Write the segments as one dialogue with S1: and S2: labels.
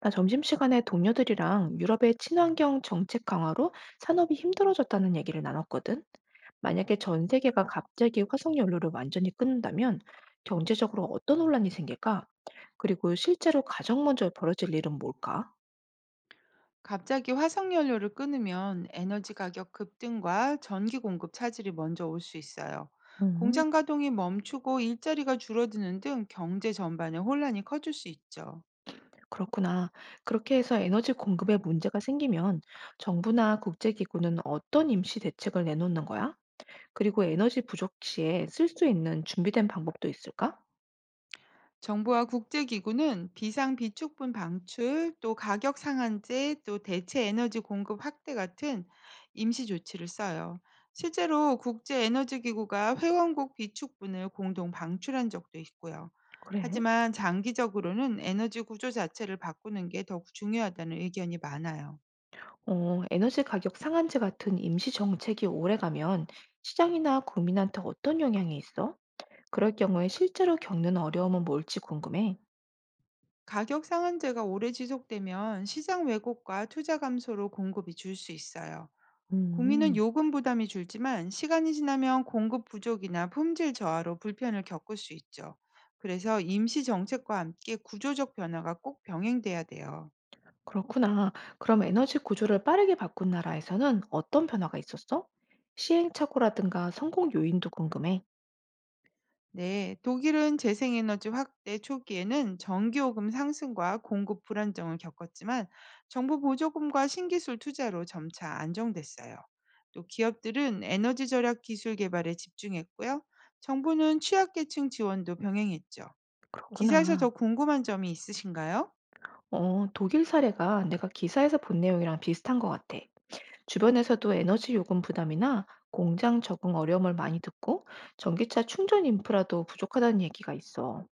S1: 나 점심시간에 동료들이랑 유럽의 친환경 정책 강화로 산업이 힘들어졌다는 얘기를 나눴거든. 만약에 전 세계가 갑자기 화석연료를 완전히 끊는다면 경제적으로 어떤 혼란이 생길까? 그리고 실제로 가장 먼저 벌어질 일은 뭘까?
S2: 갑자기 화석연료를 끊으면 에너지 가격 급등과 전기 공급 차질이 먼저 올 수 있어요.
S1: 음,
S2: 공장 가동이 멈추고 일자리가 줄어드는 등 경제 전반에 혼란이 커질 수 있죠.
S1: 그렇구나. 그렇게 해서 에너지 공급에 문제가 생기면 정부나 국제기구는 어떤 임시 대책을 내놓는 거야? 그리고 에너지 부족 시에 쓸 수 있는 준비된 방법도 있을까?
S2: 정부와 국제기구는 비상 비축분 방출, 또 가격 상한제, 또 대체 에너지 공급 확대 같은 임시 조치를 써요. 실제로 국제에너지기구가 회원국 비축분을 공동 방출한 적도 있고요.
S1: 그래.
S2: 하지만 장기적으로는 에너지 구조 자체를 바꾸는 게 더 중요하다는 의견이 많아요.
S1: 에너지 가격 상한제 같은 임시 정책이 오래가면 시장이나 국민한테 어떤 영향이 있어? 그럴 경우에 실제로 겪는 어려움은 뭘지 궁금해.
S2: 가격 상한제가 오래 지속되면 시장 왜곡과 투자 감소로 공급이 줄 수 있어요. 국민은
S1: 음,
S2: 요금 부담이 줄지만 시간이 지나면 공급 부족이나 품질 저하로 불편을 겪을 수 있죠. 그래서 임시 정책과 함께 구조적 변화가 꼭 병행돼야 돼요.
S1: 그렇구나. 그럼 에너지 구조를 빠르게 바꾼 나라에서는 어떤 변화가 있었어? 시행착오라든가 성공 요인도 궁금해.
S2: 네, 독일은 재생에너지 확대 초기에는 전기요금 상승과 공급 불안정을 겪었지만 정부 보조금과 신기술 투자로 점차 안정됐어요. 또 기업들은 에너지 절약 기술 개발에 집중했고요. 정부는 취약계층 지원도 병행했죠. 기사에서
S1: 그렇구나.
S2: 더 궁금한 점이 있으신가요?
S1: 독일 사례가 내가 기사에서 본 내용이랑 비슷한 것 같아. 주변에서도 에너지 요금 부담이나 공장 적응 어려움을 많이 듣고 전기차 충전 인프라도 부족하다는 얘기가 있어.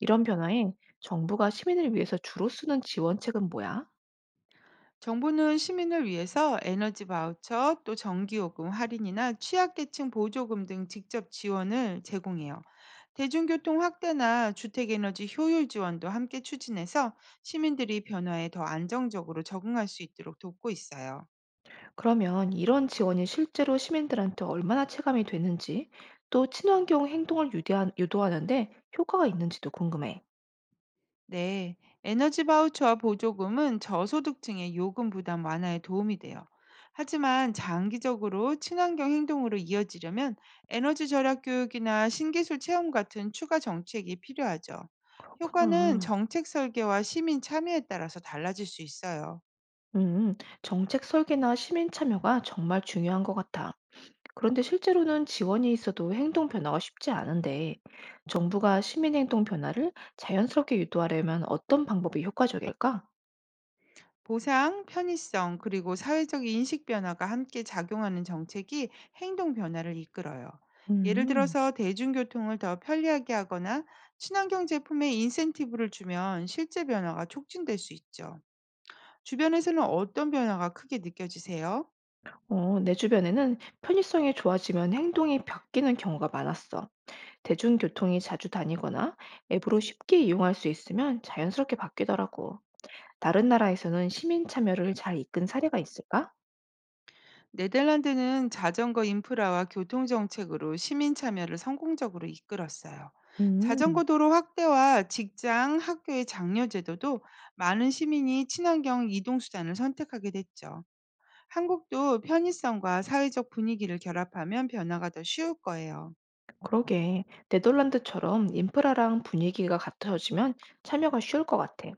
S1: 이런 변화에 정부가 시민을 위해서 주로 쓰는 지원책은 뭐야?
S2: 정부는 시민을 위해서 에너지 바우처, 또 전기요금 할인이나 취약계층 보조금 등 직접 지원을 제공해요. 대중교통 확대나 주택에너지 효율 지원도 함께 추진해서 시민들이 변화에 더 안정적으로 적응할 수 있도록 돕고 있어요.
S1: 그러면 이런 지원이 실제로 시민들한테 얼마나 체감이 되는지 또 친환경 행동을 유도하는데 효과가 있는지도 궁금해.
S2: 네, 에너지 바우처와 보조금은 저소득층의 요금 부담 완화에 도움이 돼요. 하지만 장기적으로 친환경 행동으로 이어지려면 에너지 절약 교육이나 신기술 체험 같은 추가 정책이 필요하죠. 효과는
S1: 그렇구나.
S2: 정책 설계와 시민 참여에 따라서 달라질 수 있어요.
S1: 음, 정책 설계나 시민 참여가 정말 중요한 것 같아. 그런데 실제로는 지원이 있어도 행동 변화가 쉽지 않은데 정부가 시민 행동 변화를 자연스럽게 유도하려면 어떤 방법이 효과적일까?
S2: 보상, 편의성, 그리고 사회적 인식 변화가 함께 작용하는 정책이 행동 변화를 이끌어요. 예를
S1: 음.
S2: 들어서 대중교통을 더 편리하게 하거나 친환경 제품에 인센티브를 주면 실제 변화가 촉진될 수 있죠. 주변에서는 어떤 변화가 크게 느껴지세요?
S1: 내 주변에는 편의성이 좋아지면 행동이 바뀌는 경우가 많았어. 대중교통이 자주 다니거나 앱으로 쉽게 이용할 수 있으면 자연스럽게 바뀌더라고. 다른 나라에서는 시민 참여를 잘 이끈 사례가 있을까?
S2: 네덜란드는 자전거 인프라와 교통 정책으로 시민 참여를 성공적으로 이끌었어요.
S1: 음.
S2: 자전거 도로 확대와 직장, 학교의 장려 제도도 많은 시민이 친환경 이동 수단을 선택하게 됐죠. 한국도 편의성과 사회적 분위기를 결합하면 변화가 더 쉬울 거예요.
S1: 그러게. 네덜란드처럼 인프라랑 분위기가 같아지면 참여가 쉬울 것 같아.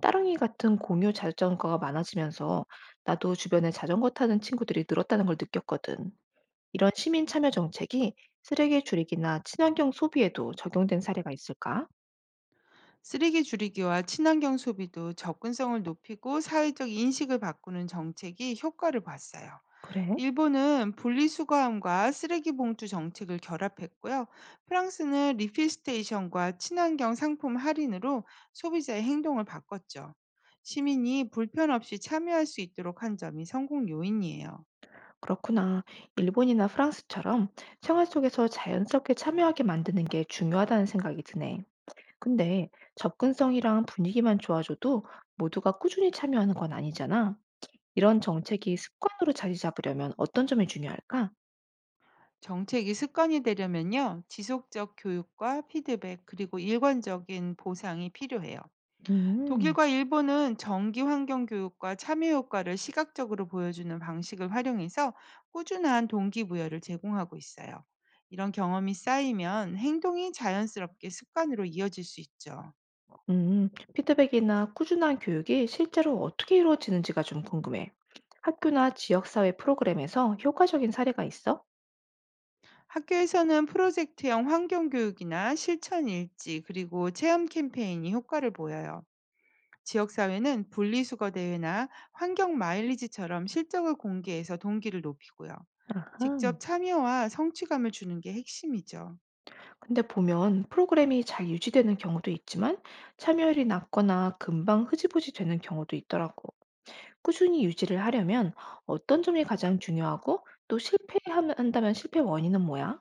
S1: 따릉이 같은 공유 자전거가 많아지면서 나도 주변에 자전거 타는 친구들이 늘었다는 걸 느꼈거든. 이런 시민 참여 정책이 쓰레기 줄이기나 친환경 소비에도 적용된 사례가 있을까?
S2: 쓰레기 줄이기와 친환경 소비도 접근성을 높이고 사회적 인식을 바꾸는 정책이 효과를 봤어요.
S1: 그래?
S2: 일본은 분리수거함과 쓰레기 봉투 정책을 결합했고요. 프랑스는 리필 스테이션과 친환경 상품 할인으로 소비자의 행동을 바꿨죠. 시민이 불편 없이 참여할 수 있도록 한 점이 성공 요인이에요.
S1: 그렇구나. 일본이나 프랑스처럼 생활 속에서 자연스럽게 참여하게 만드는 게 중요하다는 생각이 드네. 근데 접근성이랑 분위기만 좋아져도 모두가 꾸준히 참여하는 건 아니잖아. 이런 정책이 습관으로 자리 잡으려면 어떤 점이 중요할까?
S2: 정책이 습관이 되려면요. 지속적 교육과 피드백 그리고 일관적인 보상이 필요해요.
S1: 음.
S2: 독일과 일본은 정기 환경 교육과 참여 효과를 시각적으로 보여주는 방식을 활용해서 꾸준한 동기부여를 제공하고 있어요. 이런 경험이 쌓이면 행동이 자연스럽게 습관으로 이어질 수 있죠.
S1: 음, 피드백이나 꾸준한 교육이 실제로 어떻게 이루어지는지가 좀 궁금해. 학교나 지역사회 프로그램에서 효과적인 사례가 있어?
S2: 학교에서는 프로젝트형 환경 교육이나 실천 일지 그리고 체험 캠페인이 효과를 보여요. 지역사회는 분리수거 대회나 환경 마일리지처럼 실적을 공개해서 동기를 높이고요.
S1: 아하.
S2: 직접 참여와 성취감을 주는 게 핵심이죠.
S1: 근데 보면 프로그램이 잘 유지되는 경우도 있지만 참여율이 낮거나 금방 흐지부지 되는 경우도 있더라고. 꾸준히 유지를 하려면 어떤 점이 가장 중요하고 또 실패한다면 실패 원인은 뭐야?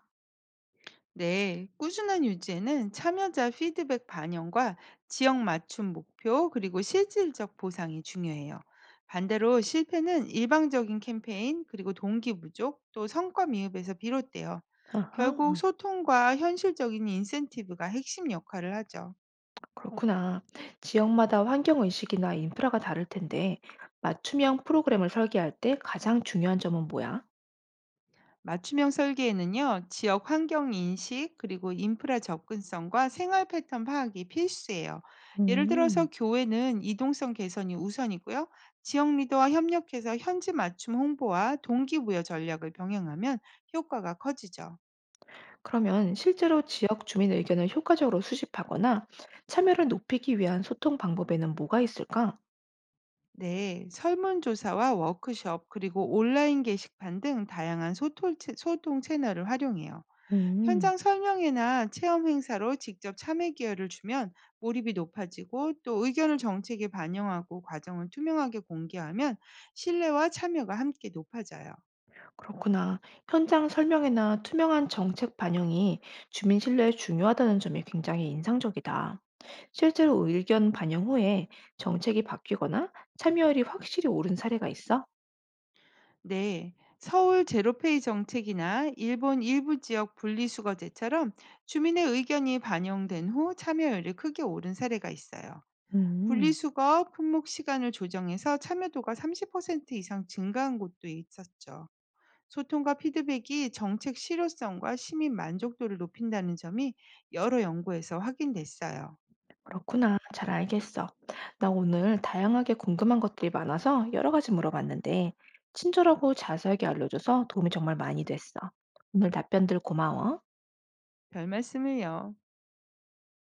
S2: 네, 꾸준한 유지에는 참여자 피드백 반영과 지역 맞춤 목표 그리고 실질적 보상이 중요해요. 반대로 실패는 일방적인 캠페인 그리고 동기 부족 또 성과 미흡에서 비롯돼요. 결국
S1: 아하.
S2: 소통과 현실적인 인센티브가 핵심 역할을 하죠.
S1: 그렇구나. 지역마다 환경의식이나 인프라가 다를 텐데, 맞춤형 프로그램을 설계할 때 가장 중요한 점은 뭐야?
S2: 맞춤형 설계에는요, 지역 환경 인식, 그리고 인프라 접근성과 생활 패턴 파악이 필수예요. 예를 들어서
S1: 음,
S2: 교회는 이동성 개선이 우선이고요. 지역 리더와 협력해서 현지 맞춤 홍보와 동기부여 전략을 병행하면 효과가 커지죠.
S1: 그러면 실제로 지역 주민 의견을 효과적으로 수집하거나 참여를 높이기 위한 소통 방법에는 뭐가 있을까?
S2: 네, 설문조사와 워크숍, 그리고 온라인 게시판 등 다양한 소통 채널을 활용해요.
S1: 음.
S2: 현장 설명회나 체험 행사로 직접 참여 기회를 주면 몰입이 높아지고 또 의견을 정책에 반영하고 과정을 투명하게 공개하면 신뢰와 참여가 함께 높아져요.
S1: 그렇구나. 현장 설명회나 투명한 정책 반영이 주민 신뢰에 중요하다는 점이 굉장히 인상적이다. 실제로 의견 반영 후에 정책이 바뀌거나 참여율이 확실히 오른 사례가 있어?
S2: 네. 서울 제로페이 정책이나 일본 일부 지역 분리수거제처럼 주민의 의견이 반영된 후 참여율이 크게 오른 사례가 있어요.
S1: 음,
S2: 분리수거 품목 시간을 조정해서 참여도가 30% 이상 증가한 곳도 있었죠. 소통과 피드백이 정책 실효성과 시민 만족도를 높인다는 점이 여러 연구에서 확인됐어요.
S1: 그렇구나. 잘 알겠어. 나 오늘 다양하게 궁금한 것들이 많아서 여러 가지 물어봤는데, 친절하고 자세하게 알려줘서 도움이 정말 많이 됐어. 오늘 답변들 고마워.
S2: 별 말씀을요.